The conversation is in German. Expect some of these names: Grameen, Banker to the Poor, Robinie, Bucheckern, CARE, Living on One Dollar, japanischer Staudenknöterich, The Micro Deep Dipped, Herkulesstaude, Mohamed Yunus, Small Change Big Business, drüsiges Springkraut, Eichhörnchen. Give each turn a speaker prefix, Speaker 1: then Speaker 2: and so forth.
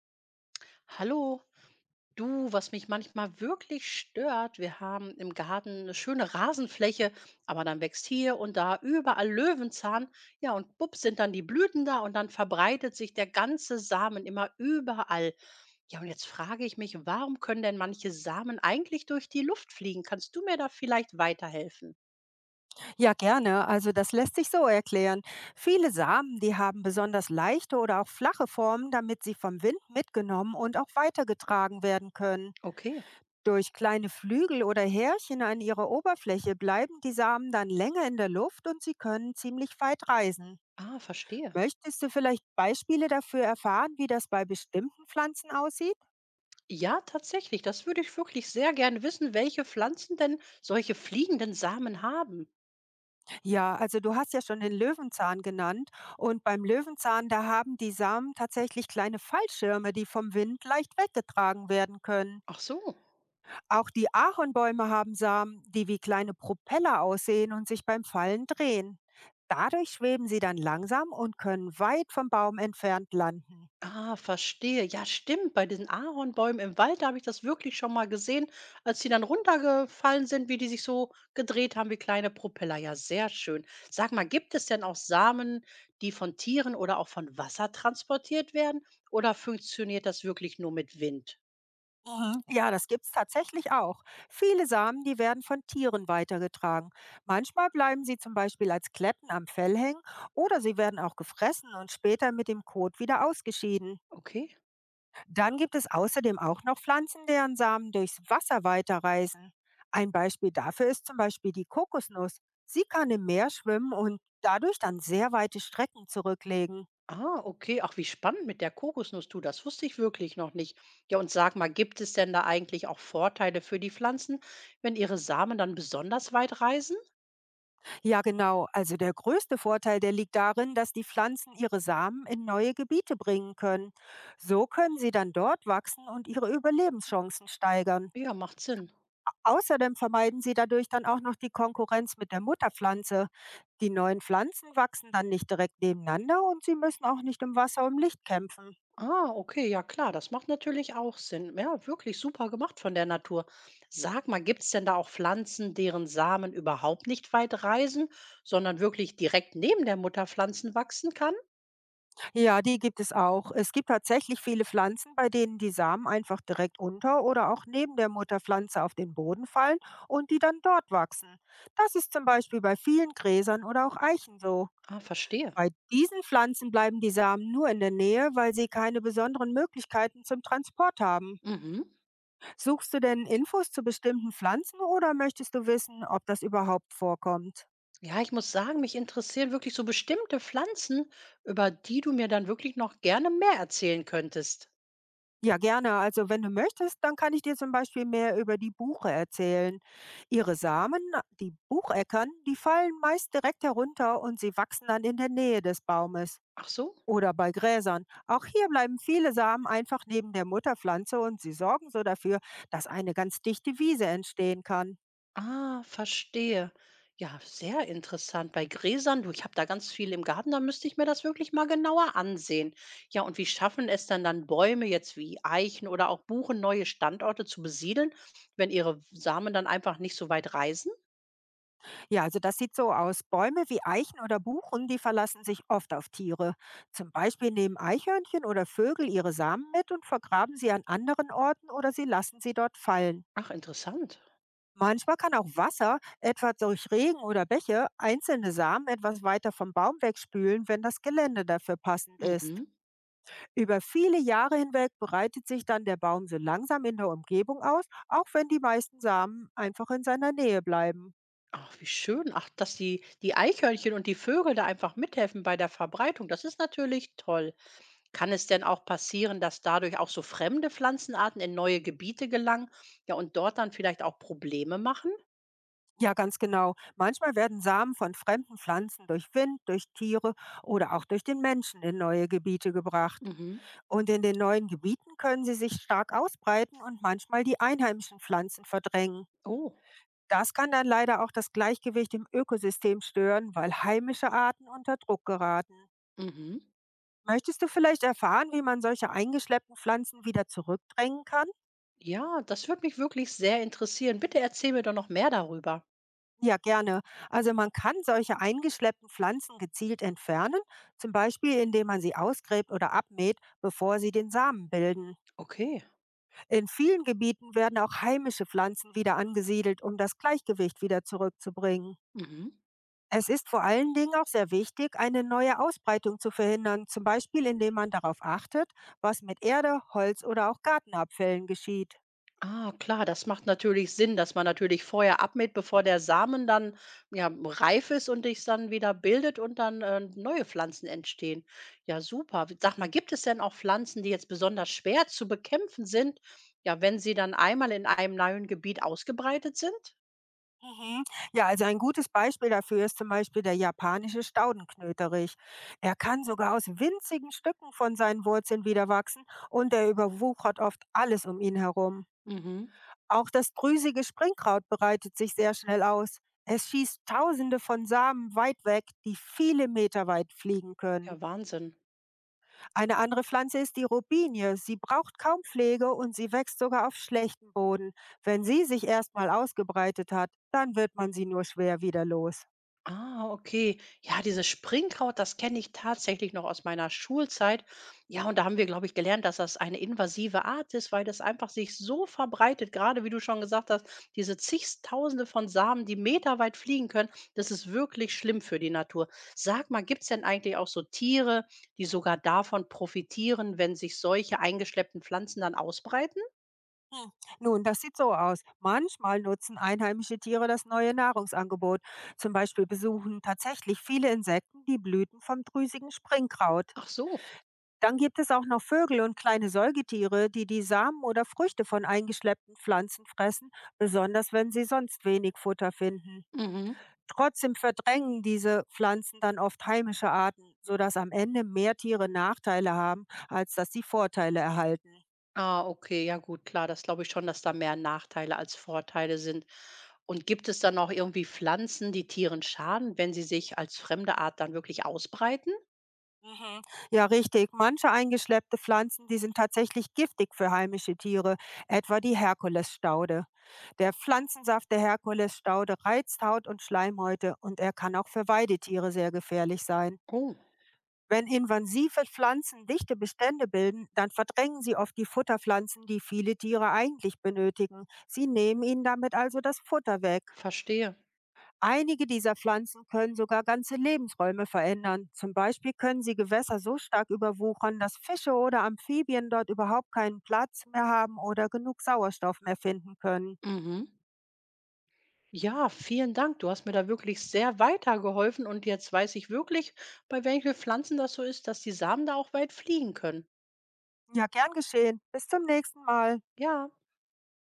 Speaker 1: Hallo, du, was mich manchmal wirklich stört, wir haben im Garten eine schöne Rasenfläche, aber dann wächst hier und da überall Löwenzahn. Ja, und bups sind dann die Blüten da und dann verbreitet sich der ganze Samen immer überall. Ja, und jetzt frage ich mich, warum können denn manche Samen eigentlich durch die Luft fliegen? Kannst du mir da vielleicht weiterhelfen?
Speaker 2: Ja, gerne. Also das lässt sich so erklären. Viele Samen, die haben besonders leichte oder auch flache Formen, damit sie vom Wind mitgenommen und auch weitergetragen werden können.
Speaker 1: Okay,
Speaker 2: Durch kleine Flügel oder Härchen an ihrer Oberfläche bleiben die Samen dann länger in der Luft und sie können ziemlich weit reisen.
Speaker 1: ah, verstehe.
Speaker 2: Möchtest du vielleicht Beispiele dafür erfahren, wie das bei bestimmten Pflanzen aussieht?
Speaker 1: Ja, tatsächlich, das würde ich wirklich sehr gern wissen, welche Pflanzen denn solche fliegenden Samen haben.
Speaker 2: Ja, also du hast ja schon den Löwenzahn genannt und beim Löwenzahn, da haben die Samen tatsächlich kleine Fallschirme, die vom Wind leicht weggetragen werden können.
Speaker 1: Ach so,
Speaker 2: Auch die Ahornbäume haben Samen, die wie kleine Propeller aussehen und sich beim Fallen drehen. Dadurch schweben sie dann langsam und können weit vom Baum entfernt landen.
Speaker 1: ah, verstehe. Ja, stimmt. Bei diesen Ahornbäumen im Wald, da habe ich das wirklich schon mal gesehen, als die dann runtergefallen sind, wie die sich so gedreht haben wie kleine Propeller. Ja, sehr schön. Sag mal, gibt es denn auch Samen, die von Tieren oder auch von Wasser transportiert werden? Oder funktioniert das wirklich nur mit Wind?
Speaker 2: Mhm. Ja, das gibt's tatsächlich auch. Viele Samen, die werden von Tieren weitergetragen. Manchmal bleiben sie zum Beispiel als Kletten am Fell hängen oder sie werden auch gefressen und später mit dem Kot wieder ausgeschieden.
Speaker 1: Okay.
Speaker 2: Dann gibt es außerdem auch noch Pflanzen, deren Samen durchs Wasser weiterreisen. Ein Beispiel dafür ist zum Beispiel die Kokosnuss. Sie kann im Meer schwimmen und dadurch dann sehr weite Strecken zurücklegen.
Speaker 1: Ah, okay. Ach, wie spannend mit der Kokosnuss, du. Das wusste ich wirklich noch nicht. Ja, und sag mal, gibt es denn da eigentlich auch Vorteile für die Pflanzen, wenn ihre Samen dann besonders weit reisen?
Speaker 2: Ja, genau. Also der größte Vorteil, der liegt darin, dass die Pflanzen ihre Samen in neue Gebiete bringen können. So können sie dann dort wachsen und ihre Überlebenschancen steigern.
Speaker 1: Ja, macht Sinn.
Speaker 2: Außerdem vermeiden sie dadurch dann auch noch die Konkurrenz mit der Mutterpflanze. Die neuen Pflanzen wachsen dann nicht direkt nebeneinander und sie müssen auch nicht im Wasser um Licht kämpfen.
Speaker 1: Ah, okay, ja klar, das macht natürlich auch Sinn. Ja, wirklich super gemacht von der Natur. Sag mal, gibt es denn da auch Pflanzen, deren Samen überhaupt nicht weit reisen, sondern wirklich direkt neben der Mutterpflanzen wachsen kann?
Speaker 2: Ja, die gibt es auch. Es gibt tatsächlich viele Pflanzen, bei denen die Samen einfach direkt unter oder auch neben der Mutterpflanze auf den Boden fallen und die dann dort wachsen. Das ist zum Beispiel bei vielen Gräsern oder auch Eichen so.
Speaker 1: Ah, verstehe.
Speaker 2: Bei diesen Pflanzen bleiben die Samen nur in der Nähe, weil sie keine besonderen Möglichkeiten zum Transport haben.
Speaker 1: Mhm.
Speaker 2: Suchst du denn Infos zu bestimmten Pflanzen oder möchtest du wissen, ob das überhaupt vorkommt?
Speaker 1: Ja, ich muss sagen, mich interessieren wirklich so bestimmte Pflanzen, über die du mir dann wirklich noch gerne mehr erzählen könntest.
Speaker 2: Ja, gerne. Also wenn du möchtest, dann kann ich dir zum Beispiel mehr über die Buche erzählen. Ihre Samen, die Bucheckern, die fallen meist direkt herunter und sie wachsen dann in der Nähe des Baumes
Speaker 1: Ach so?
Speaker 2: oder bei Gräsern. Auch hier bleiben viele Samen einfach neben der Mutterpflanze und sie sorgen so dafür, dass eine ganz dichte Wiese entstehen kann.
Speaker 1: Ah, verstehe. Ja, sehr interessant. Bei Gräsern, du, ich habe da ganz viel im Garten, da müsste ich mir das wirklich mal genauer ansehen. Ja, und wie schaffen es denn dann Bäume jetzt wie Eichen oder auch Buchen, neue Standorte zu besiedeln, wenn ihre Samen dann einfach nicht so weit reisen?
Speaker 2: Ja, also das sieht so aus. Bäume wie Eichen oder Buchen, die verlassen sich oft auf Tiere. Zum Beispiel nehmen Eichhörnchen oder Vögel ihre Samen mit und vergraben sie an anderen Orten oder sie lassen sie dort fallen.
Speaker 1: Ach, interessant.
Speaker 2: Manchmal kann auch Wasser, etwa durch Regen oder Bäche, einzelne Samen etwas weiter vom Baum wegspülen, wenn das Gelände dafür passend ist.
Speaker 1: Mhm.
Speaker 2: Über viele Jahre hinweg breitet sich dann der Baum so langsam in der Umgebung aus, auch wenn die meisten Samen einfach in seiner Nähe bleiben.
Speaker 1: Ach, wie schön. Ach, dass die Eichhörnchen und die Vögel da einfach mithelfen bei der Verbreitung, das ist natürlich toll. Kann es denn auch passieren, dass dadurch auch so fremde Pflanzenarten in neue Gebiete gelangen, ja, und dort dann vielleicht auch Probleme machen?
Speaker 2: Ja, ganz genau. Manchmal werden Samen von fremden Pflanzen durch Wind, durch Tiere oder auch durch den Menschen in neue Gebiete gebracht.
Speaker 1: Mhm.
Speaker 2: Und in den neuen Gebieten können sie sich stark ausbreiten und manchmal die einheimischen Pflanzen verdrängen.
Speaker 1: Oh.
Speaker 2: Das kann dann leider auch das Gleichgewicht im Ökosystem stören, weil heimische Arten unter Druck geraten.
Speaker 1: Mhm.
Speaker 2: Möchtest du vielleicht erfahren, wie man solche eingeschleppten Pflanzen wieder zurückdrängen kann?
Speaker 1: Ja, das würde mich wirklich sehr interessieren. Bitte erzähl mir doch noch mehr darüber.
Speaker 2: Ja, gerne. Also man kann solche eingeschleppten Pflanzen gezielt entfernen, zum Beispiel indem man sie ausgräbt oder abmäht, bevor sie den Samen bilden.
Speaker 1: Okay.
Speaker 2: In vielen Gebieten werden auch heimische Pflanzen wieder angesiedelt, um das Gleichgewicht wieder zurückzubringen.
Speaker 1: Mhm.
Speaker 2: Es ist vor allen Dingen auch sehr wichtig, eine neue Ausbreitung zu verhindern, zum Beispiel indem man darauf achtet, was mit Erde, Holz oder auch Gartenabfällen geschieht.
Speaker 1: Ah, klar, das macht natürlich Sinn, dass man natürlich vorher abmäht, bevor der Samen dann ja, reif ist und sich dann wieder bildet und dann neue Pflanzen entstehen. Ja, super. Sag mal, gibt es denn auch Pflanzen, die jetzt besonders schwer zu bekämpfen sind, ja, wenn sie dann einmal in einem neuen Gebiet ausgebreitet sind?
Speaker 2: Mhm. Ja, also ein gutes Beispiel dafür ist zum Beispiel der japanische Staudenknöterich. Er kann sogar aus winzigen Stücken von seinen Wurzeln wieder wachsen und er überwuchert oft alles um ihn herum.
Speaker 1: Mhm.
Speaker 2: Auch das drüsige Springkraut breitet sich sehr schnell aus. Es schießt tausende von Samen weit weg, die viele Meter weit fliegen können.
Speaker 1: Ja, Wahnsinn.
Speaker 2: Eine andere Pflanze ist die Robinie. Sie braucht kaum Pflege und sie wächst sogar auf schlechtem Boden. Wenn sie sich erstmal ausgebreitet hat, dann wird man sie nur schwer wieder los.
Speaker 1: Ah, okay. Ja, dieses Springkraut, das kenne ich tatsächlich noch aus meiner Schulzeit. Ja, und da haben wir, glaube ich, gelernt, dass das eine invasive Art ist, weil das einfach sich so verbreitet, gerade wie du schon gesagt hast, diese zigtausende von Samen, die meterweit fliegen können, das ist wirklich schlimm für die Natur. Sag mal, gibt es denn eigentlich auch so Tiere, die sogar davon profitieren, wenn sich solche eingeschleppten Pflanzen dann ausbreiten?
Speaker 2: Hm. Nun, das sieht so aus. Manchmal nutzen einheimische Tiere das neue Nahrungsangebot. Zum Beispiel besuchen tatsächlich viele Insekten die Blüten vom drüsigen Springkraut.
Speaker 1: Ach so.
Speaker 2: Dann gibt es auch noch Vögel und kleine Säugetiere, die die Samen oder Früchte von eingeschleppten Pflanzen fressen, besonders wenn sie sonst wenig Futter finden.
Speaker 1: Mhm.
Speaker 2: Trotzdem verdrängen diese Pflanzen dann oft heimische Arten, sodass am Ende mehr Tiere Nachteile haben, als dass sie Vorteile erhalten.
Speaker 1: Ah, okay, ja gut, klar, das glaube ich schon, dass da mehr Nachteile als Vorteile sind. Und gibt es dann auch irgendwie Pflanzen, die Tieren schaden, wenn sie sich als fremde Art dann wirklich ausbreiten?
Speaker 2: Mhm. Ja, richtig. Manche eingeschleppte Pflanzen, die sind tatsächlich giftig für heimische Tiere, etwa die Herkulesstaude. Der Pflanzensaft der Herkulesstaude reizt Haut und Schleimhäute und er kann auch für Weidetiere sehr gefährlich sein.
Speaker 1: Oh,
Speaker 2: Wenn invasive Pflanzen dichte Bestände bilden, dann verdrängen sie oft die Futterpflanzen, die viele Tiere eigentlich benötigen. Sie nehmen ihnen damit also das Futter weg.
Speaker 1: verstehe.
Speaker 2: Einige dieser Pflanzen können sogar ganze Lebensräume verändern. Zum Beispiel können sie Gewässer so stark überwuchern, dass Fische oder Amphibien dort überhaupt keinen Platz mehr haben oder genug Sauerstoff mehr finden können.
Speaker 1: Mhm. Ja, vielen Dank. Du hast mir da wirklich sehr weitergeholfen und jetzt weiß ich wirklich, bei welchen Pflanzen das so ist, dass die Samen da auch weit fliegen können.
Speaker 2: Ja, gern geschehen. Bis zum nächsten Mal.
Speaker 1: Ja.